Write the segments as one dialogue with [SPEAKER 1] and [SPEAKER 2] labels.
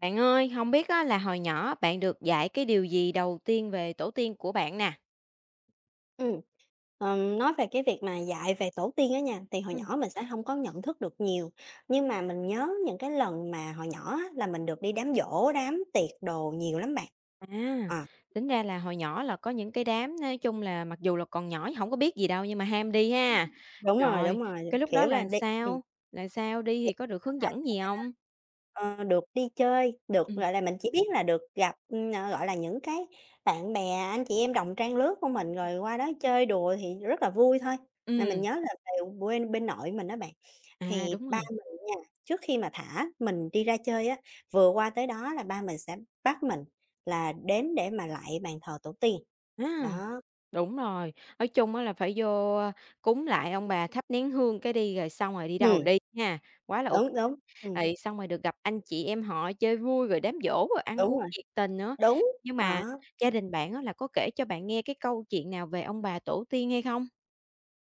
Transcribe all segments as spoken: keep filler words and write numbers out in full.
[SPEAKER 1] Bạn ơi, không biết á là hồi nhỏ bạn được dạy cái điều gì đầu tiên về tổ tiên của bạn nè?
[SPEAKER 2] Ừ, ờm, nói về cái việc mà dạy về tổ tiên á nha, thì hồi
[SPEAKER 1] Ừm.
[SPEAKER 2] nhỏ mình sẽ không có nhận thức được nhiều, nhưng mà mình nhớ những cái lần mà hồi nhỏ á là mình được đi đám giỗ, đám tiệc đồ nhiều lắm bạn.
[SPEAKER 1] À,
[SPEAKER 2] Ờ,
[SPEAKER 1] tính ra là hồi nhỏ là có những cái đám nói chung là mặc dù là còn nhỏ không có biết gì đâu nhưng mà ham đi ha.
[SPEAKER 2] đúng rồi,
[SPEAKER 1] Rồi,
[SPEAKER 2] đúng rồi,
[SPEAKER 1] cái lúc đó
[SPEAKER 2] kiểu là
[SPEAKER 1] là
[SPEAKER 2] đi ừm.
[SPEAKER 1] sao? Là sao đi thì có được hướng dẫn gì không?
[SPEAKER 2] Ờ, được đi chơi, được,
[SPEAKER 1] Ừm.
[SPEAKER 2] gọi là, mình chỉ biết là được gặp, ừm, ờ, gọi là, những cái bạn bè, anh chị em đồng trang lứa của mình, rồi qua đó chơi đùa thì rất là vui thôi. Mà mình
[SPEAKER 1] Ừm,
[SPEAKER 2] nhớ là về quê bên nội mình đó bạn,
[SPEAKER 1] à,
[SPEAKER 2] thì
[SPEAKER 1] đúng
[SPEAKER 2] ba
[SPEAKER 1] rồi,
[SPEAKER 2] mình nha, trước khi mà thả mình đi ra chơi á, vừa qua tới đó là ba mình sẽ bắt mình là đến để mà lạy bàn thờ tổ tiên.
[SPEAKER 1] à
[SPEAKER 2] Đó,
[SPEAKER 1] đúng rồi, nói chung á là phải vô, ờ, cúng lại ông bà, thắp nén hương cái đi rồi xong rồi đi đâu
[SPEAKER 2] ừm,
[SPEAKER 1] đi nha quá là ô.
[SPEAKER 2] đúng, đúng, ừm,
[SPEAKER 1] Thì xong rồi được gặp anh chị em họ chơi vui, rồi đám giỗ, rồi ăn
[SPEAKER 2] đúng
[SPEAKER 1] uống
[SPEAKER 2] rồi,
[SPEAKER 1] nhiệt tình nữa.
[SPEAKER 2] đúng,
[SPEAKER 1] Nhưng mà
[SPEAKER 2] đó.
[SPEAKER 1] gia đình bạn á là có kể cho bạn nghe cái câu chuyện nào về ông bà tổ tiên hay không?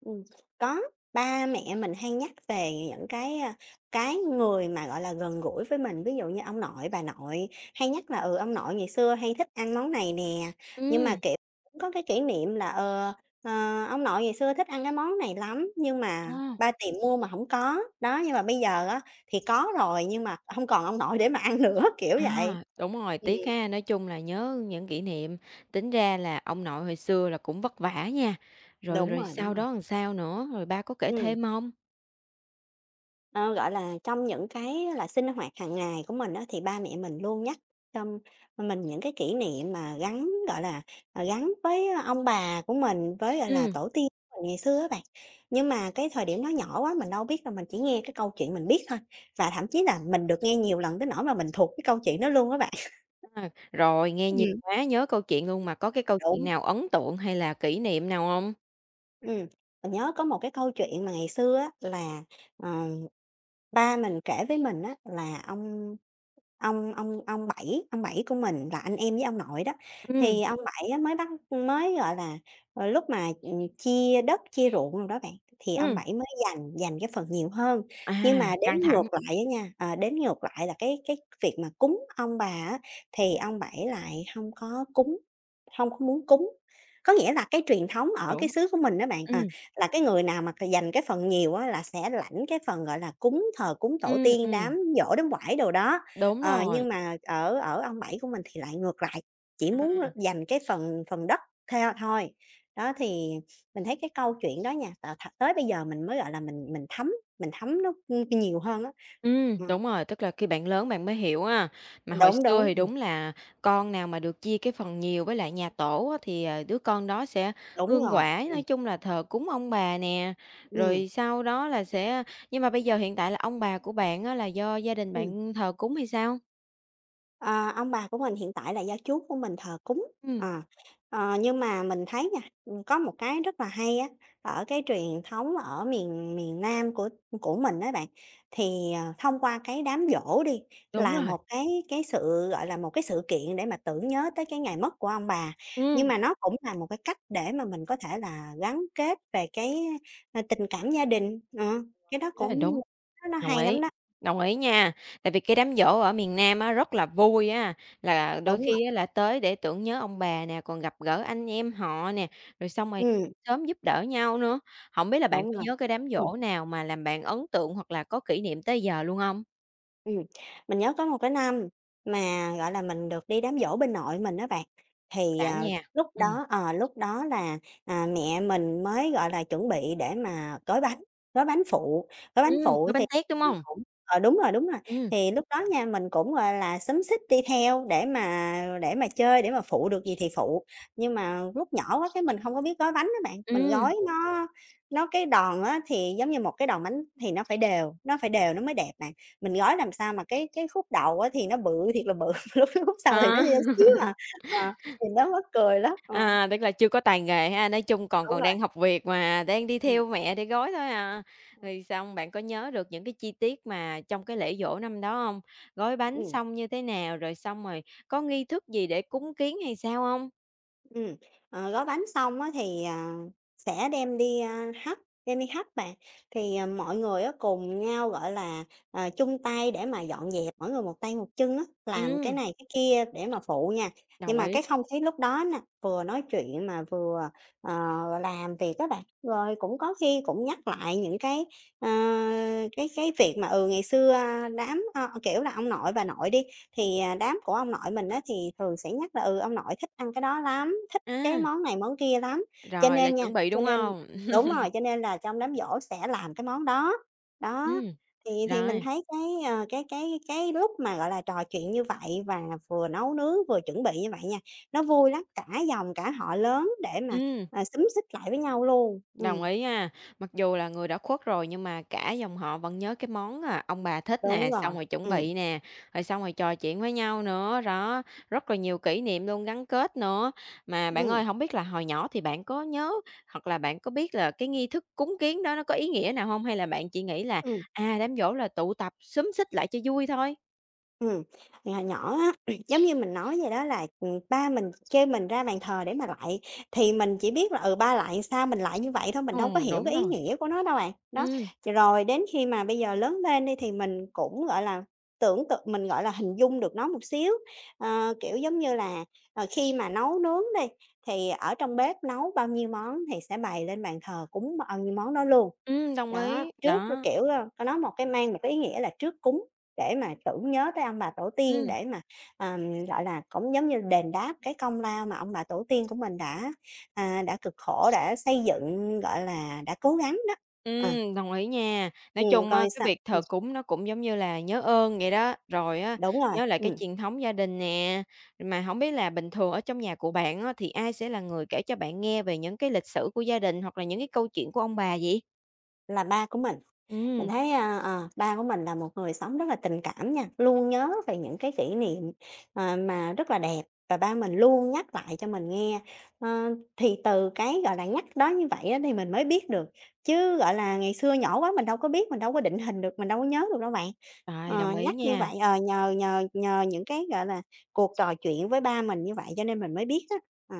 [SPEAKER 2] Ừm, có, ba mẹ mình hay nhắc về những cái, a, cái người mà, gọi là, gần gũi với mình, ví dụ như ông nội, bà nội, hay nhắc là, ừ, ông nội ngày xưa hay thích ăn món này nè, nhưng mà,
[SPEAKER 1] Ừm,
[SPEAKER 2] kiểu, cũng có cái kỷ niệm là, ờ, ờ, ông nội ngày xưa thích ăn cái món này lắm, nhưng mà
[SPEAKER 1] ờ.
[SPEAKER 2] ba tiệm mua mà không có. Đó, nhưng mà bây giờ á thì có rồi nhưng mà không còn ông nội để mà ăn nữa, kiểu vậy.
[SPEAKER 1] À, đúng rồi,
[SPEAKER 2] Ừm,
[SPEAKER 1] tiếc ha, nói chung là nhớ những kỷ niệm, tính ra là ông nội hồi xưa là cũng vất vả nha. Rồi
[SPEAKER 2] đúng
[SPEAKER 1] rồi
[SPEAKER 2] rồi, đúng
[SPEAKER 1] sau
[SPEAKER 2] rồi.
[SPEAKER 1] đó làm sao nữa, rồi ba có kể
[SPEAKER 2] Ừm.
[SPEAKER 1] thêm không?
[SPEAKER 2] Ờ, gọi là, trong những cái là sinh hoạt hàng ngày của mình đó thì ba mẹ mình luôn nhắc cho mình những cái kỷ niệm mà gắn, gọi là, ờ, gắn với ông bà của mình, với, gọi là,
[SPEAKER 1] Ừ,
[SPEAKER 2] tổ tiên của mình ngày xưa á bạn. Nhưng mà cái thời điểm nó nhỏ quá, mình đâu biết là mình chỉ nghe cái câu chuyện mình biết thôi, và thậm chí là mình được nghe nhiều lần tới nỗi mà mình thuộc cái câu chuyện đó luôn các bạn.
[SPEAKER 1] À, rồi, nghe nhiều
[SPEAKER 2] Ừm.
[SPEAKER 1] quá, nhớ câu chuyện luôn, mà có cái câu chuyện
[SPEAKER 2] Đúng,
[SPEAKER 1] nào ấn tượng hay là kỷ niệm nào không?
[SPEAKER 2] ừm, mình nhớ có một cái câu chuyện mà ngày xưa á là, ờ ba mình kể với mình á là ông ông ông ông Bảy, ông Bảy của mình là anh em với ông nội đó,
[SPEAKER 1] Ừ,
[SPEAKER 2] thì ông Bảy á mới bắt mới, gọi là, ờ, lúc mà, ừm, chia đất, chia ruộng đồ đó bạn, thì ông
[SPEAKER 1] ừ,
[SPEAKER 2] Bảy mới giành giành cái phần nhiều hơn.
[SPEAKER 1] À,
[SPEAKER 2] Nhưng mà
[SPEAKER 1] căng
[SPEAKER 2] đến ngược
[SPEAKER 1] thẳng,
[SPEAKER 2] lại á nha, ờ, đến ngược lại là cái cái việc mà cúng ông bà á, thì ông Bảy lại không có cúng, không có muốn cúng. Có nghĩa là cái truyền thống ở cái
[SPEAKER 1] hiểu.
[SPEAKER 2] xứ của mình đó bạn, ờ
[SPEAKER 1] Ừ.
[SPEAKER 2] là cái người nào mà dành cái phần nhiều á là sẽ lãnh cái phần, gọi là, cúng, thờ cúng tổ
[SPEAKER 1] Ừm,
[SPEAKER 2] tiên,
[SPEAKER 1] ừm,
[SPEAKER 2] đám giỗ, đám quải đồ đó.
[SPEAKER 1] đúng
[SPEAKER 2] Ờ,
[SPEAKER 1] rồi.
[SPEAKER 2] nhưng mà ở ở ông Bảy của mình thì lại ngược lại, chỉ muốn
[SPEAKER 1] À.
[SPEAKER 2] dành cái phần phần đất theo thôi. Đó, thì mình thấy cái câu chuyện đó nha, t th tới bây giờ mình mới, gọi là, mình mình thấm, mình thấm nó, ừ, nhiều hơn á.
[SPEAKER 1] Ừm,
[SPEAKER 2] Ừm,
[SPEAKER 1] đúng rồi, tức là khi bạn lớn bạn mới hiểu ha. Mà hồi
[SPEAKER 2] đúng,
[SPEAKER 1] xưa
[SPEAKER 2] đúng,
[SPEAKER 1] thì
[SPEAKER 2] ừm,
[SPEAKER 1] đúng là con nào mà được chia cái phần nhiều với lại nhà tổ á, thì, ờ, đứa con đó sẽ
[SPEAKER 2] đúng
[SPEAKER 1] hương
[SPEAKER 2] rồi,
[SPEAKER 1] quả,
[SPEAKER 2] ừm,
[SPEAKER 1] nói chung là thờ cúng ông bà nè,
[SPEAKER 2] ừm.
[SPEAKER 1] rồi sau đó là sẽ nhưng mà bây giờ hiện tại là ông bà của bạn á, là do gia đình bạn thờ cúng hay sao?
[SPEAKER 2] Ờ, ông bà của mình hiện tại là do chú của mình thờ cúng,
[SPEAKER 1] Ừm,
[SPEAKER 2] ờ. Ờ, nhưng mà mình thấy nha, ừm, có một cái rất là hay á, ở cái truyền thống ở miền miền Nam của của mình á bạn, thì, ờ, thông qua cái đám giỗ đi,
[SPEAKER 1] đúng
[SPEAKER 2] là
[SPEAKER 1] rồi,
[SPEAKER 2] một cái cái sự, gọi là, một cái sự kiện để mà tưởng nhớ tới cái ngày mất của ông bà. Nhưng
[SPEAKER 1] ừm,
[SPEAKER 2] mà nó cũng là một cái cách để mà mình có thể là gắn kết về cái, ờ, tình cảm gia đình, ờ, cái đó
[SPEAKER 1] thế
[SPEAKER 2] cũng
[SPEAKER 1] là đúng.
[SPEAKER 2] nó nó
[SPEAKER 1] Đồng
[SPEAKER 2] hay lắm
[SPEAKER 1] ý,
[SPEAKER 2] đó.
[SPEAKER 1] đồng ý nha. Tại vì cái đám giỗ ở miền Nam á, rất là vui á, là đôi
[SPEAKER 2] Đúng rồi,
[SPEAKER 1] khi á là tới để tưởng nhớ ông bà nè, còn gặp gỡ anh em họ nè, rồi xong rồi
[SPEAKER 2] ừm,
[SPEAKER 1] sớm giúp đỡ nhau nữa. Không biết là bạn
[SPEAKER 2] đúng
[SPEAKER 1] có
[SPEAKER 2] rồi.
[SPEAKER 1] nhớ cái đám giỗ nào mà làm bạn ấn tượng hoặc là có kỷ niệm tới giờ luôn không?
[SPEAKER 2] Ừm, mình nhớ có một cái năm mà, gọi là, mình được đi đám giỗ bên nội mình đó bạn, thì,
[SPEAKER 1] Đã
[SPEAKER 2] à,
[SPEAKER 1] nha.
[SPEAKER 2] lúc
[SPEAKER 1] Ừ,
[SPEAKER 2] đó ờ, lúc đó là, à, mẹ mình mới, gọi là, chuẩn bị để mà gói bánh, gói bánh phụ, gói bánh
[SPEAKER 1] ừm,
[SPEAKER 2] phụ
[SPEAKER 1] gói
[SPEAKER 2] thì
[SPEAKER 1] bánh tét, đúng
[SPEAKER 2] mình
[SPEAKER 1] không?
[SPEAKER 2] cũng ờ, đúng rồi, đúng rồi,
[SPEAKER 1] Ừ,
[SPEAKER 2] thì lúc đó nha mình cũng, gọi là, xúm xít đi theo để mà để mà chơi, để mà phụ được gì thì phụ. Nhưng mà lúc nhỏ quá cái mình không có biết gói bánh đó bạn, mình
[SPEAKER 1] ừ.
[SPEAKER 2] gói nó nó cái đòn á thì giống như một cái đòn bánh thì nó phải đều, nó phải đều nó mới đẹp bạn. Mình gói làm sao mà cái cái khúc đầu á thì nó bự thiệt là bự, lúc cái khúc sau thì nó
[SPEAKER 1] Ờ.
[SPEAKER 2] nhỏ xíu à, ờ, nhìn nó mắc cười lắm, ờ,
[SPEAKER 1] À, tức là chưa có tài nghề ha, nói chung còn
[SPEAKER 2] đúng
[SPEAKER 1] còn
[SPEAKER 2] rồi.
[SPEAKER 1] đang học việc mà, đang đi
[SPEAKER 2] Ừm,
[SPEAKER 1] theo mẹ để gói thôi à. Rồi xong bạn có nhớ được những cái chi tiết mà trong cái lễ giỗ năm đó không? Gói bánh
[SPEAKER 2] ừm.
[SPEAKER 1] xong như thế nào, rồi xong rồi có nghi thức gì để cúng kiến hay sao không?
[SPEAKER 2] Ừm, ờ, gói bánh xong á thì, à, sẽ đem đi, a, hấp, đem đi hấp bạn. Thì, à, mọi người á cùng nhau, gọi là, ờ, chung tay để mà dọn dẹp, mỗi người một tay một chân á, làm cái
[SPEAKER 1] Ừm,
[SPEAKER 2] này cái kia để mà phụ nha. Nhưng
[SPEAKER 1] đồng
[SPEAKER 2] mà
[SPEAKER 1] ý.
[SPEAKER 2] cái không khí lúc đó nè, vừa nói chuyện mà vừa, ờ, làm việc các bạn, rồi cũng có khi cũng nhắc lại những cái, ờ, cái cái việc mà, ừ, ngày xưa, a, đám, ơ, kiểu là, ông nội bà nội đi thì, à, đám của ông nội mình á thì thường sẽ nhắc là, ừ, ông nội thích ăn cái đó lắm, thích cái
[SPEAKER 1] A,
[SPEAKER 2] món này món kia lắm, cho
[SPEAKER 1] rồi là
[SPEAKER 2] nên nha
[SPEAKER 1] chuẩn bị,
[SPEAKER 2] cho
[SPEAKER 1] đúng
[SPEAKER 2] nên
[SPEAKER 1] không?
[SPEAKER 2] đúng rồi, cho nên là trong đám giỗ sẽ làm cái món đó. Đó,
[SPEAKER 1] Ừm,
[SPEAKER 2] thì thì mình
[SPEAKER 1] rồi,
[SPEAKER 2] thấy cái, ờ, cái cái cái lúc mà, gọi là, trò chuyện như vậy và vừa nấu nướng, vừa chuẩn bị như vậy nha, nó vui lắm, cả dòng cả họ lớn để mà,
[SPEAKER 1] ừm.
[SPEAKER 2] à, xúm xít lại với nhau luôn.
[SPEAKER 1] Đồng
[SPEAKER 2] Ừm,
[SPEAKER 1] ý nha. Mặc dù là người đã khuất rồi nhưng mà cả dòng họ vẫn nhớ cái món, à, ông bà thích
[SPEAKER 2] đúng
[SPEAKER 1] nè,
[SPEAKER 2] rồi,
[SPEAKER 1] xong rồi chuẩn
[SPEAKER 2] ừ
[SPEAKER 1] bị nè, rồi xong rồi trò chuyện với nhau nữa, đó, rất là nhiều kỷ niệm luôn, gắn kết nữa. Mà bạn
[SPEAKER 2] ừ
[SPEAKER 1] ơi, không biết là hồi nhỏ thì bạn có nhớ hoặc là bạn có biết là cái nghi thức cúng kiến đó nó có ý nghĩa nào không? Hay là bạn chỉ nghĩ là,
[SPEAKER 2] ừm.
[SPEAKER 1] à, đám giỗ là tụ tập xúm xít lại cho vui thôi?
[SPEAKER 2] Ừm, hồi nhỏ á, giống như mình nói vậy đó là, ừm, ba mình kêu mình ra bàn thờ để mà lạy, thì mình chỉ biết là, ừ, ba lạy sao mình lạy như vậy thôi, mình đâu có
[SPEAKER 1] Ồ,
[SPEAKER 2] hiểu
[SPEAKER 1] đúng
[SPEAKER 2] cái ý
[SPEAKER 1] rồi.
[SPEAKER 2] nghĩa của nó đâu bạn. Đó,
[SPEAKER 1] Ừm,
[SPEAKER 2] rồi đến khi mà bây giờ lớn lên đi thì mình cũng, gọi là, tưởng tượng mình, gọi là, hình dung được nó một xíu. Ờ, kiểu, giống như là, ờ, khi mà nấu nướng đi, thì ở trong bếp nấu bao nhiêu món thì sẽ bày lên bàn thờ cúng bao nhiêu món đó luôn.
[SPEAKER 1] ừm, đồng
[SPEAKER 2] Đó,
[SPEAKER 1] ý,
[SPEAKER 2] trước,
[SPEAKER 1] đó,
[SPEAKER 2] kiểu, ơ, nó một cái mang một cái ý nghĩa là trước cúng. Để mà tưởng nhớ tới ông bà tổ tiên,
[SPEAKER 1] ừm.
[SPEAKER 2] để mà, ờm, gọi là, cũng giống như đền đáp cái công lao mà ông bà tổ tiên của mình đã, à, đã cực khổ, đã xây dựng, gọi là, đã cố gắng đó. Ờ,
[SPEAKER 1] Ừm, đồng ý nha. Nói
[SPEAKER 2] ừm,
[SPEAKER 1] chung á,
[SPEAKER 2] coi
[SPEAKER 1] cái
[SPEAKER 2] sao
[SPEAKER 1] việc
[SPEAKER 2] ừm,
[SPEAKER 1] thờ cúng nó cũng giống như là nhớ ơn vậy đó, rồi á,
[SPEAKER 2] đúng rồi,
[SPEAKER 1] nhớ lại cái
[SPEAKER 2] ừm,
[SPEAKER 1] truyền thống gia đình nè. Mà hổng biết là bình thường ở trong nhà của bạn á, thì ai sẽ là người kể cho bạn nghe về những cái lịch sử của gia đình, hoặc là những cái câu chuyện của ông bà vậy?
[SPEAKER 2] là ba của mình. Mình
[SPEAKER 1] Ừm,
[SPEAKER 2] thấy, a, ờ, ba của mình là một người sống rất là tình cảm nha, luôn nhớ về những cái kỷ niệm, ờ, mà rất là đẹp và ba mình luôn nhắc lại cho mình nghe. Ờ, thì từ cái, gọi là, nhắc đó như vậy á thì mình mới biết được, chứ, gọi là, ngày xưa nhỏ quá mình đâu có biết, mình đâu có định hình được, mình đâu có nhớ được đâu bạn.
[SPEAKER 1] rồi,
[SPEAKER 2] Ờ,
[SPEAKER 1] đồng ý
[SPEAKER 2] nhắc như
[SPEAKER 1] nha.
[SPEAKER 2] vậy ờ, nhờ nhờ nhờ những cái, gọi là, cuộc trò chuyện với ba mình như vậy cho nên mình mới biết á. Ờ,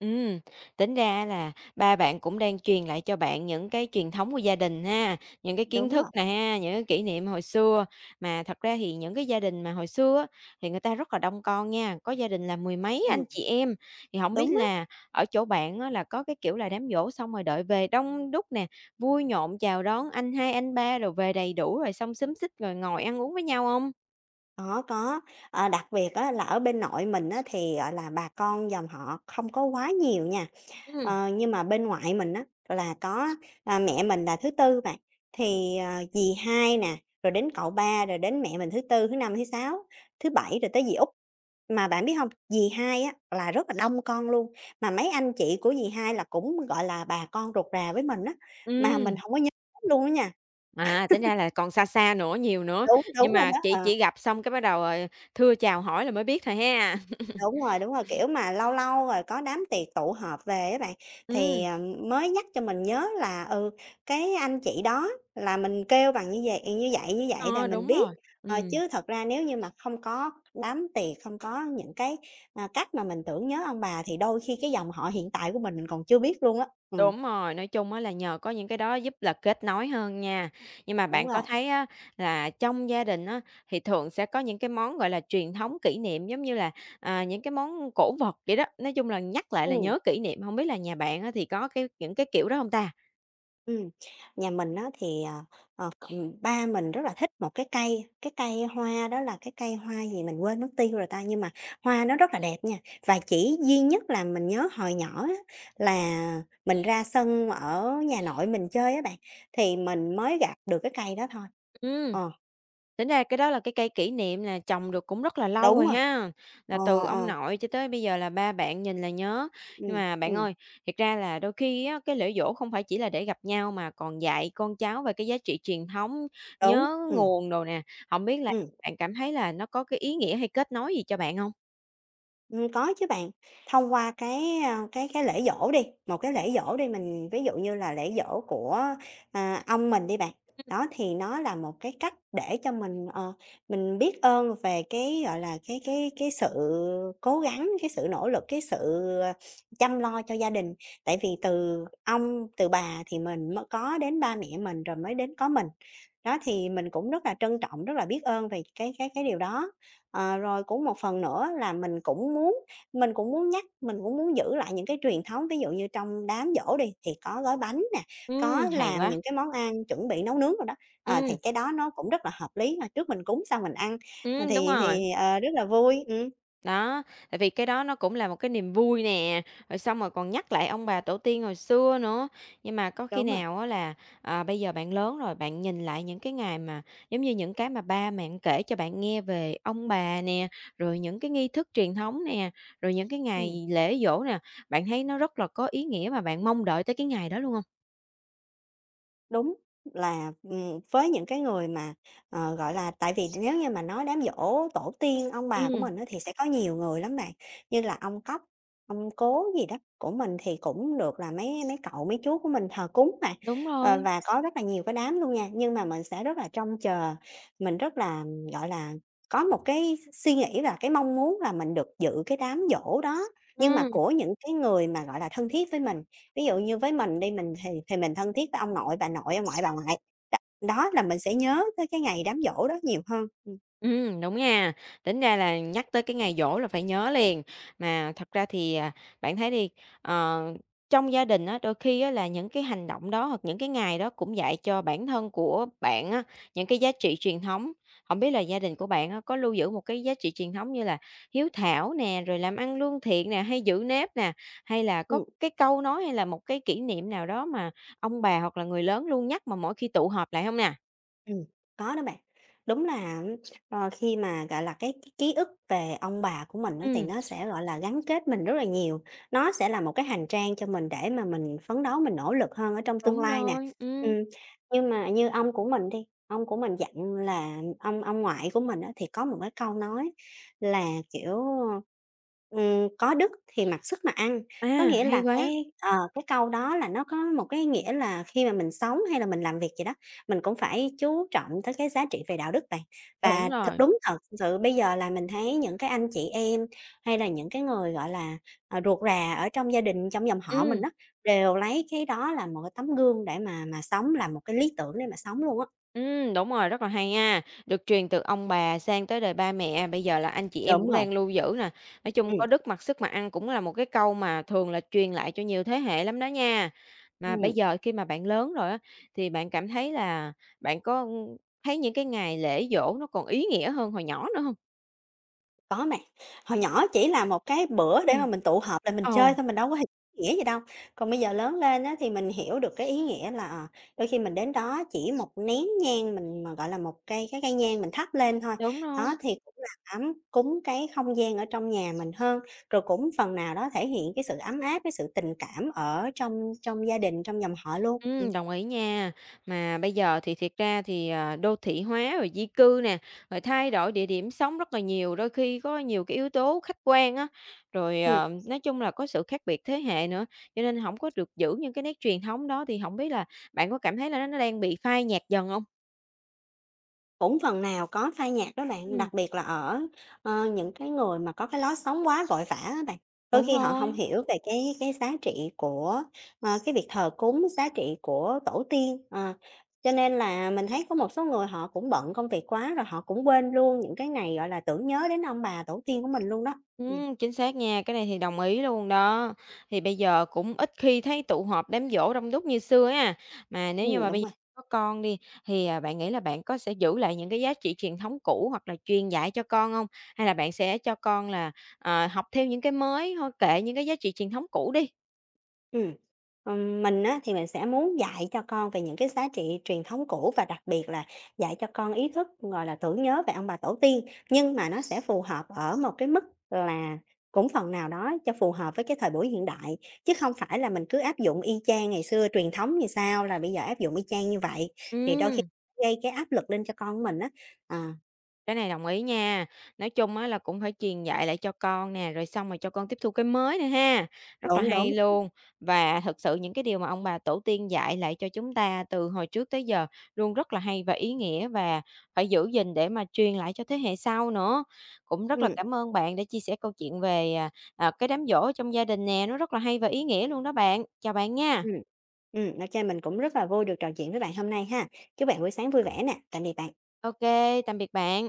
[SPEAKER 1] Ừ, tính ra là ba bạn cũng đang truyền lại cho bạn những cái truyền thống của gia đình ha, những cái kiến
[SPEAKER 2] đúng
[SPEAKER 1] thức
[SPEAKER 2] rồi,
[SPEAKER 1] nè ha, những cái kỷ niệm hồi xưa. Mà thật ra thì những cái gia đình mà hồi xưa á, thì người ta rất là đông con nha, có gia đình là mười mấy
[SPEAKER 2] ừm,
[SPEAKER 1] anh chị em. Thì không biết
[SPEAKER 2] đúng á.
[SPEAKER 1] là ở chỗ bạn á là có cái kiểu là đám giỗ xong rồi đợi về đông đúc nè, vui nhộn chào đón anh hai, anh ba rồi về đầy đủ rồi xong xúm xít rồi ngồi ăn uống với nhau không?
[SPEAKER 2] Có, có, ờ, đặc biệt á là ở bên nội mình á thì, gọi là, bà con dòng họ không có quá nhiều nha,
[SPEAKER 1] Ừ,
[SPEAKER 2] ờ, nhưng mà bên ngoại mình á là có, à, mẹ mình là thứ tư bạn, thì, ờ, dì hai nè, rồi đến cậu ba, rồi đến mẹ mình thứ tư, thứ năm, thứ sáu, thứ bảy rồi tới dì út. Mà bạn biết không dì hai á là rất là đông con luôn, mà mấy anh chị của dì hai là cũng, gọi là, bà con ruột rà với mình á, mà
[SPEAKER 1] ừ.
[SPEAKER 2] mình không có nhớ luôn á nha.
[SPEAKER 1] À, tính ra là còn xa xa nữa, nhiều nữa,
[SPEAKER 2] Đúng, đúng
[SPEAKER 1] nhưng
[SPEAKER 2] rồi
[SPEAKER 1] mà
[SPEAKER 2] đó,
[SPEAKER 1] chị
[SPEAKER 2] ờ.
[SPEAKER 1] chỉ gặp xong cái bắt đầu, ờ, thưa chào hỏi là mới biết thôi ha.
[SPEAKER 2] Đúng rồi, đúng rồi, kiểu mà, lâu lâu rồi có đám tiệc tụ họp về á bạn, thì,
[SPEAKER 1] Ừ,
[SPEAKER 2] ờ, mới nhắc cho mình nhớ là, ừ, cái anh chị đó là mình kêu bằng như vầy như vậy, như vậy là
[SPEAKER 1] ờ,
[SPEAKER 2] mình
[SPEAKER 1] đúng
[SPEAKER 2] biết.
[SPEAKER 1] rồi,
[SPEAKER 2] Ờ,
[SPEAKER 1] ừm,
[SPEAKER 2] chứ thật ra nếu như mà không có đám tiệc, không có những cái, à, cách mà mình tưởng nhớ ông bà thì đôi khi cái dòng họ hiện tại của mình mình còn chưa biết luôn á. Ừm,
[SPEAKER 1] đúng rồi, nói chung á là nhờ có những cái đó giúp là kết nối hơn nha. Nhưng mà
[SPEAKER 2] đúng
[SPEAKER 1] bạn
[SPEAKER 2] rồi.
[SPEAKER 1] có thấy á là trong gia đình á, thì thường sẽ có những cái món, gọi là, truyền thống kỷ niệm giống như là, à, những cái món cổ vật vậy đó, nói chung là nhắc lại là
[SPEAKER 2] Ừm.
[SPEAKER 1] nhớ kỷ niệm. Không biết là nhà bạn á thì có cái những cái kiểu đó không ta?
[SPEAKER 2] Ừm, Nhà mình á thì, ờ, ờ, ừm, ba mình rất là thích một cái cây, cái cây hoa đó là cái cây hoa gì mình quên mất tiêu rồi ta, nhưng mà hoa nó rất là đẹp nha. Và chỉ duy nhất là mình nhớ hồi nhỏ á, là mình ra sân ở nhà nội mình chơi á bạn, thì mình mới gặp được cái cây đó thôi.
[SPEAKER 1] Ừ.
[SPEAKER 2] Ờ,
[SPEAKER 1] Tính ra cái đó là cái cây kỷ niệm là trồng được cũng rất là lâu
[SPEAKER 2] đúng
[SPEAKER 1] rồi
[SPEAKER 2] rồi,
[SPEAKER 1] ha, là
[SPEAKER 2] ờ,
[SPEAKER 1] từ ông
[SPEAKER 2] ờ,
[SPEAKER 1] nội cho tới bây giờ là ba bạn nhìn là nhớ. Nhưng
[SPEAKER 2] ừm,
[SPEAKER 1] mà bạn
[SPEAKER 2] ừm,
[SPEAKER 1] ơi, thiệt ra là đôi khi á, cái lễ giỗ không phải chỉ là để gặp nhau mà còn dạy con cháu về cái giá trị truyền thống,
[SPEAKER 2] đúng,
[SPEAKER 1] nhớ
[SPEAKER 2] ừ,
[SPEAKER 1] nguồn đồ nè. Không biết là
[SPEAKER 2] ừ.
[SPEAKER 1] bạn cảm thấy là nó có cái ý nghĩa hay kết nối gì cho bạn không?
[SPEAKER 2] Ừm, có chứ bạn. Thông qua cái, a, cái cái lễ giỗ đi, một cái lễ giỗ đi, mình ví dụ như là lễ giỗ của, à, ông mình đi bạn.
[SPEAKER 1] Ừ,
[SPEAKER 2] Đó, thì nó là một cái cách để cho mình, ờ, mình biết ơn về cái, gọi là, cái cái cái sự cố gắng, cái sự nỗ lực, cái sự, ờ, chăm lo cho gia đình. Tại vì từ ông, từ bà thì mình mới có đến ba mẹ mình rồi mới đến có mình. Đó, thì mình cũng rất là trân trọng, rất là biết ơn về cái cái cái điều đó. Ờ, rồi cũng một phần nữa là mình cũng muốn mình cũng muốn nhắc mình cũng muốn giữ lại những cái truyền thống, ví dụ như trong đám giỗ đi, thì có gói bánh nè, có
[SPEAKER 1] hay
[SPEAKER 2] làm những
[SPEAKER 1] quá!
[SPEAKER 2] cái món ăn, chuẩn bị nấu nướng rồi đó, ờ, thì
[SPEAKER 1] Ừ,
[SPEAKER 2] cái đó nó cũng rất là hợp lý, mà trước mình cúng sau mình ăn, ờ,
[SPEAKER 1] ừm, đúng
[SPEAKER 2] thì
[SPEAKER 1] rồi.
[SPEAKER 2] thì, ờ, rất là vui. Ừm,
[SPEAKER 1] Đó, tại vì cái đó nó cũng là một cái niềm vui nè, rồi xong rồi còn nhắc lại ông bà tổ tiên hồi xưa nữa. Nhưng mà có khi
[SPEAKER 2] đúng rồi,
[SPEAKER 1] nào á là, à, bây giờ bạn lớn rồi, bạn nhìn lại những cái ngày mà giống như những cái mà ba mẹ kể cho bạn nghe về ông bà nè, rồi những cái nghi thức truyền thống nè, rồi những cái
[SPEAKER 2] ừm.
[SPEAKER 1] ngày lễ giỗ nè, bạn thấy nó rất là có ý nghĩa và bạn mong đợi tới cái ngày đó luôn không?
[SPEAKER 2] Đúng là, ừm, với những cái người mà, ờ, gọi là, tại vì nếu như mà nói đám giỗ tổ tiên ông bà của
[SPEAKER 1] Ừm,
[SPEAKER 2] mình á, thì sẽ có nhiều người lắm bạn, như là ông cóc, ông cố gì đó của mình thì cũng được là mấy mấy cậu, mấy chú của mình thờ cúng bạn.
[SPEAKER 1] đúng
[SPEAKER 2] Ờ,
[SPEAKER 1] rồi,
[SPEAKER 2] và có rất là nhiều cái đám luôn nha, nhưng mà mình sẽ rất là trông chờ, mình rất là, ừ, gọi là, có một cái suy nghĩ và cái mong muốn là mình được dự cái đám giỗ đó, nhưng mà
[SPEAKER 1] ừm.
[SPEAKER 2] của những cái người mà, gọi là, thân thiết với mình. Ví dụ như với mình đi, mình thì thì mình thân thiết với ông nội, bà nội, ông ngoại, bà ngoại, đ đó là mình sẽ nhớ tới cái ngày đám giỗ đó nhiều hơn. Ừm,
[SPEAKER 1] Ừm, đúng nha. Tính ra là nhắc tới cái ngày giỗ là phải nhớ liền. Mà thật ra thì, à, bạn thấy đi, ờ, trong gia đình á, đôi khi á là những cái hành động đó hoặc những cái ngày đó cũng dạy cho bản thân của bạn á, những cái giá trị truyền thống. Không biết là gia đình của bạn á, có lưu giữ một cái giá trị truyền thống như là hiếu thảo nè, rồi làm ăn lương thiện nè, hay giữ nếp nè, hay là có
[SPEAKER 2] ừm.
[SPEAKER 1] cái câu nói hay là một cái kỷ niệm nào đó mà ông bà hoặc là người lớn luôn nhắc mà mỗi khi tụ họp lại không nè?
[SPEAKER 2] Ừm, có đó bạn. Đúng là ờ, khi mà, gọi là, cái cái ký ức về ông bà của mình á, thì
[SPEAKER 1] Ừm,
[SPEAKER 2] nó sẽ, gọi là, gắn kết mình rất là nhiều. Nó sẽ là một cái hành trang cho mình để mà mình phấn đấu, mình nỗ lực hơn ở trong tương
[SPEAKER 1] đúng
[SPEAKER 2] lai nè.
[SPEAKER 1] rồi,
[SPEAKER 2] Ừm,
[SPEAKER 1] ừm.
[SPEAKER 2] nhưng mà như ông của mình đi, ông của mình dặn là ông ông ngoại của mình á, thì có một cái câu nói là, kiểu, ừm, "Có đức thì mặc sức mà ăn."
[SPEAKER 1] À,
[SPEAKER 2] Có nghĩa
[SPEAKER 1] hay
[SPEAKER 2] là cái
[SPEAKER 1] quá!
[SPEAKER 2] ờ, cái câu đó là nó có một cái nghĩa là khi mà mình sống hay là mình làm việc gì đó mình cũng phải chú trọng tới cái giá trị về đạo đức bạn.
[SPEAKER 1] Đúng
[SPEAKER 2] Và thật
[SPEAKER 1] rồi.
[SPEAKER 2] đúng thật sự bây giờ là mình thấy những cái anh chị em, hay là những cái người, gọi là, ờ, ruột rà ở trong gia đình, trong dòng họ mình
[SPEAKER 1] Ừm,
[SPEAKER 2] đó đều lấy cái đó là một cái tấm gương để mà mà sống, là một cái lý tưởng để mà sống luôn á.
[SPEAKER 1] ừm, đúng rồi, rất là hay nha. Được truyền từ ông bà sang tới đời ba mẹ, bây giờ là anh chị em
[SPEAKER 2] Đúng
[SPEAKER 1] cũng
[SPEAKER 2] rồi,
[SPEAKER 1] đang lưu giữ nè. Nói chung
[SPEAKER 2] ừ,
[SPEAKER 1] có đức mặc sức mà ăn cũng là một cái câu mà thường là truyền lại cho nhiều thế hệ lắm đó nha. Mà bây
[SPEAKER 2] ừ.
[SPEAKER 1] giờ khi mà bạn lớn rồi á, thì bạn cảm thấy là bạn có, thấy những cái ngày lễ giỗ nó còn ý nghĩa hơn hồi nhỏ nữa không?
[SPEAKER 2] Có bạn, hồi nhỏ chỉ là một cái bữa để mà
[SPEAKER 1] Ừm.
[SPEAKER 2] mình tụ họp lại mình
[SPEAKER 1] Ồ.
[SPEAKER 2] chơi thôi, mình đâu có hiểu ý nghĩa gì đâu. Còn bây giờ lớn lên á, thì mình hiểu được cái ý nghĩa là, ờ, đôi khi mình đến đó chỉ một nén nhang mình mà, gọi là, một cây cái cây nhang mình thắp lên thôi,
[SPEAKER 1] Đúng
[SPEAKER 2] đó,
[SPEAKER 1] rồi.
[SPEAKER 2] thì cũng là ấm cúng cái không gian ở trong nhà mình hơn, rồi cũng phần nào đó thể hiện cái sự ấm áp, cái sự tình cảm ở trong trong gia đình, trong dòng họ luôn. Ừm.
[SPEAKER 1] Ừm, đồng ý nha. Mà bây giờ thì thiệt ra thì, à, đô thị hóa rồi di cư nè, rồi thay đổi địa điểm sống rất là nhiều, đôi khi có nhiều cái yếu tố khách quan á, rồi,
[SPEAKER 2] Ừm.
[SPEAKER 1] ờ, nói chung là có sự khác biệt thế hệ nữa, cho nên không có được giữ những cái nét truyền thống đó, thì không biết là bạn có cảm thấy là nó nó đang bị phai nhạt dần không?
[SPEAKER 2] Cũng phần nào có pha nhạt đó bạn,
[SPEAKER 1] Ừm,
[SPEAKER 2] đặc biệt là ở, ờ, những cái người mà có cái lối sống quá vội vã á bạn. Đôi
[SPEAKER 1] đúng
[SPEAKER 2] khi họ không
[SPEAKER 1] rồi.
[SPEAKER 2] hiểu về cái cái giá trị của, ờ, cái việc thờ cúng, giá trị của tổ tiên, ờ, cho nên là mình thấy có một số người họ cũng bận công việc quá rồi họ cũng quên luôn những cái ngày, gọi là, tưởng nhớ đến ông bà tổ tiên của mình luôn đó. Ừm,
[SPEAKER 1] Ừm, chính xác nha, cái này thì đồng ý luôn đó. Thì bây giờ cũng ít khi thấy tụ họp đám giỗ đông đúc như xưa á. Mà nếu như
[SPEAKER 2] ừm,
[SPEAKER 1] mà
[SPEAKER 2] đúng
[SPEAKER 1] bây giờ
[SPEAKER 2] rồi.
[SPEAKER 1] có con đi, thì, à, bạn nghĩ là bạn có sẽ giữ lại những cái giá trị truyền thống cũ hoặc là truyền dạy cho con không? Hay là bạn sẽ cho con là, ờ, học theo những cái mới thôi, kệ những cái giá trị truyền thống cũ đi?
[SPEAKER 2] Ừm, ừm, mình á, thì mình sẽ muốn dạy cho con về những cái giá trị truyền thống cũ và đặc biệt là dạy cho con ý thức, gọi là, tưởng nhớ về ông bà tổ tiên, nhưng mà nó sẽ phù hợp ở một cái mức là cũng phần nào đó cho phù hợp với cái thời buổi hiện đại, chứ không phải là mình cứ áp dụng y chang ngày xưa truyền thống như sao là bây giờ áp dụng y chang như vậy, thì đôi khi
[SPEAKER 1] Ừm.
[SPEAKER 2] gây cái áp lực lên cho con mình á. À,
[SPEAKER 1] Cái này đồng ý nha. Nói chung á là cũng phải truyền dạy lại cho con nè, rồi xong rồi cho con tiếp thu cái mới nữa ha. Rất là
[SPEAKER 2] đúng, đúng,
[SPEAKER 1] hay luôn. Và thực sự những cái điều mà ông bà tổ tiên dạy lại cho chúng ta từ hồi trước tới giờ luôn rất là hay và ý nghĩa và phải giữ gìn để mà truyền lại cho thế hệ sau nữa. Cũng rất là
[SPEAKER 2] ừm,
[SPEAKER 1] cảm ơn bạn đã chia sẻ câu chuyện về, à, à, cái đám giỗ trong gia đình nè, nó rất là hay và ý nghĩa luôn đó bạn. Chào bạn nha.
[SPEAKER 2] ừm, ừm, ô kê, mình cũng rất là vui được trò chuyện với bạn hôm nay ha. Chúc bạn buổi sáng vui vẻ nè, tạm biệt bạn.
[SPEAKER 1] OK, tạm biệt bạn.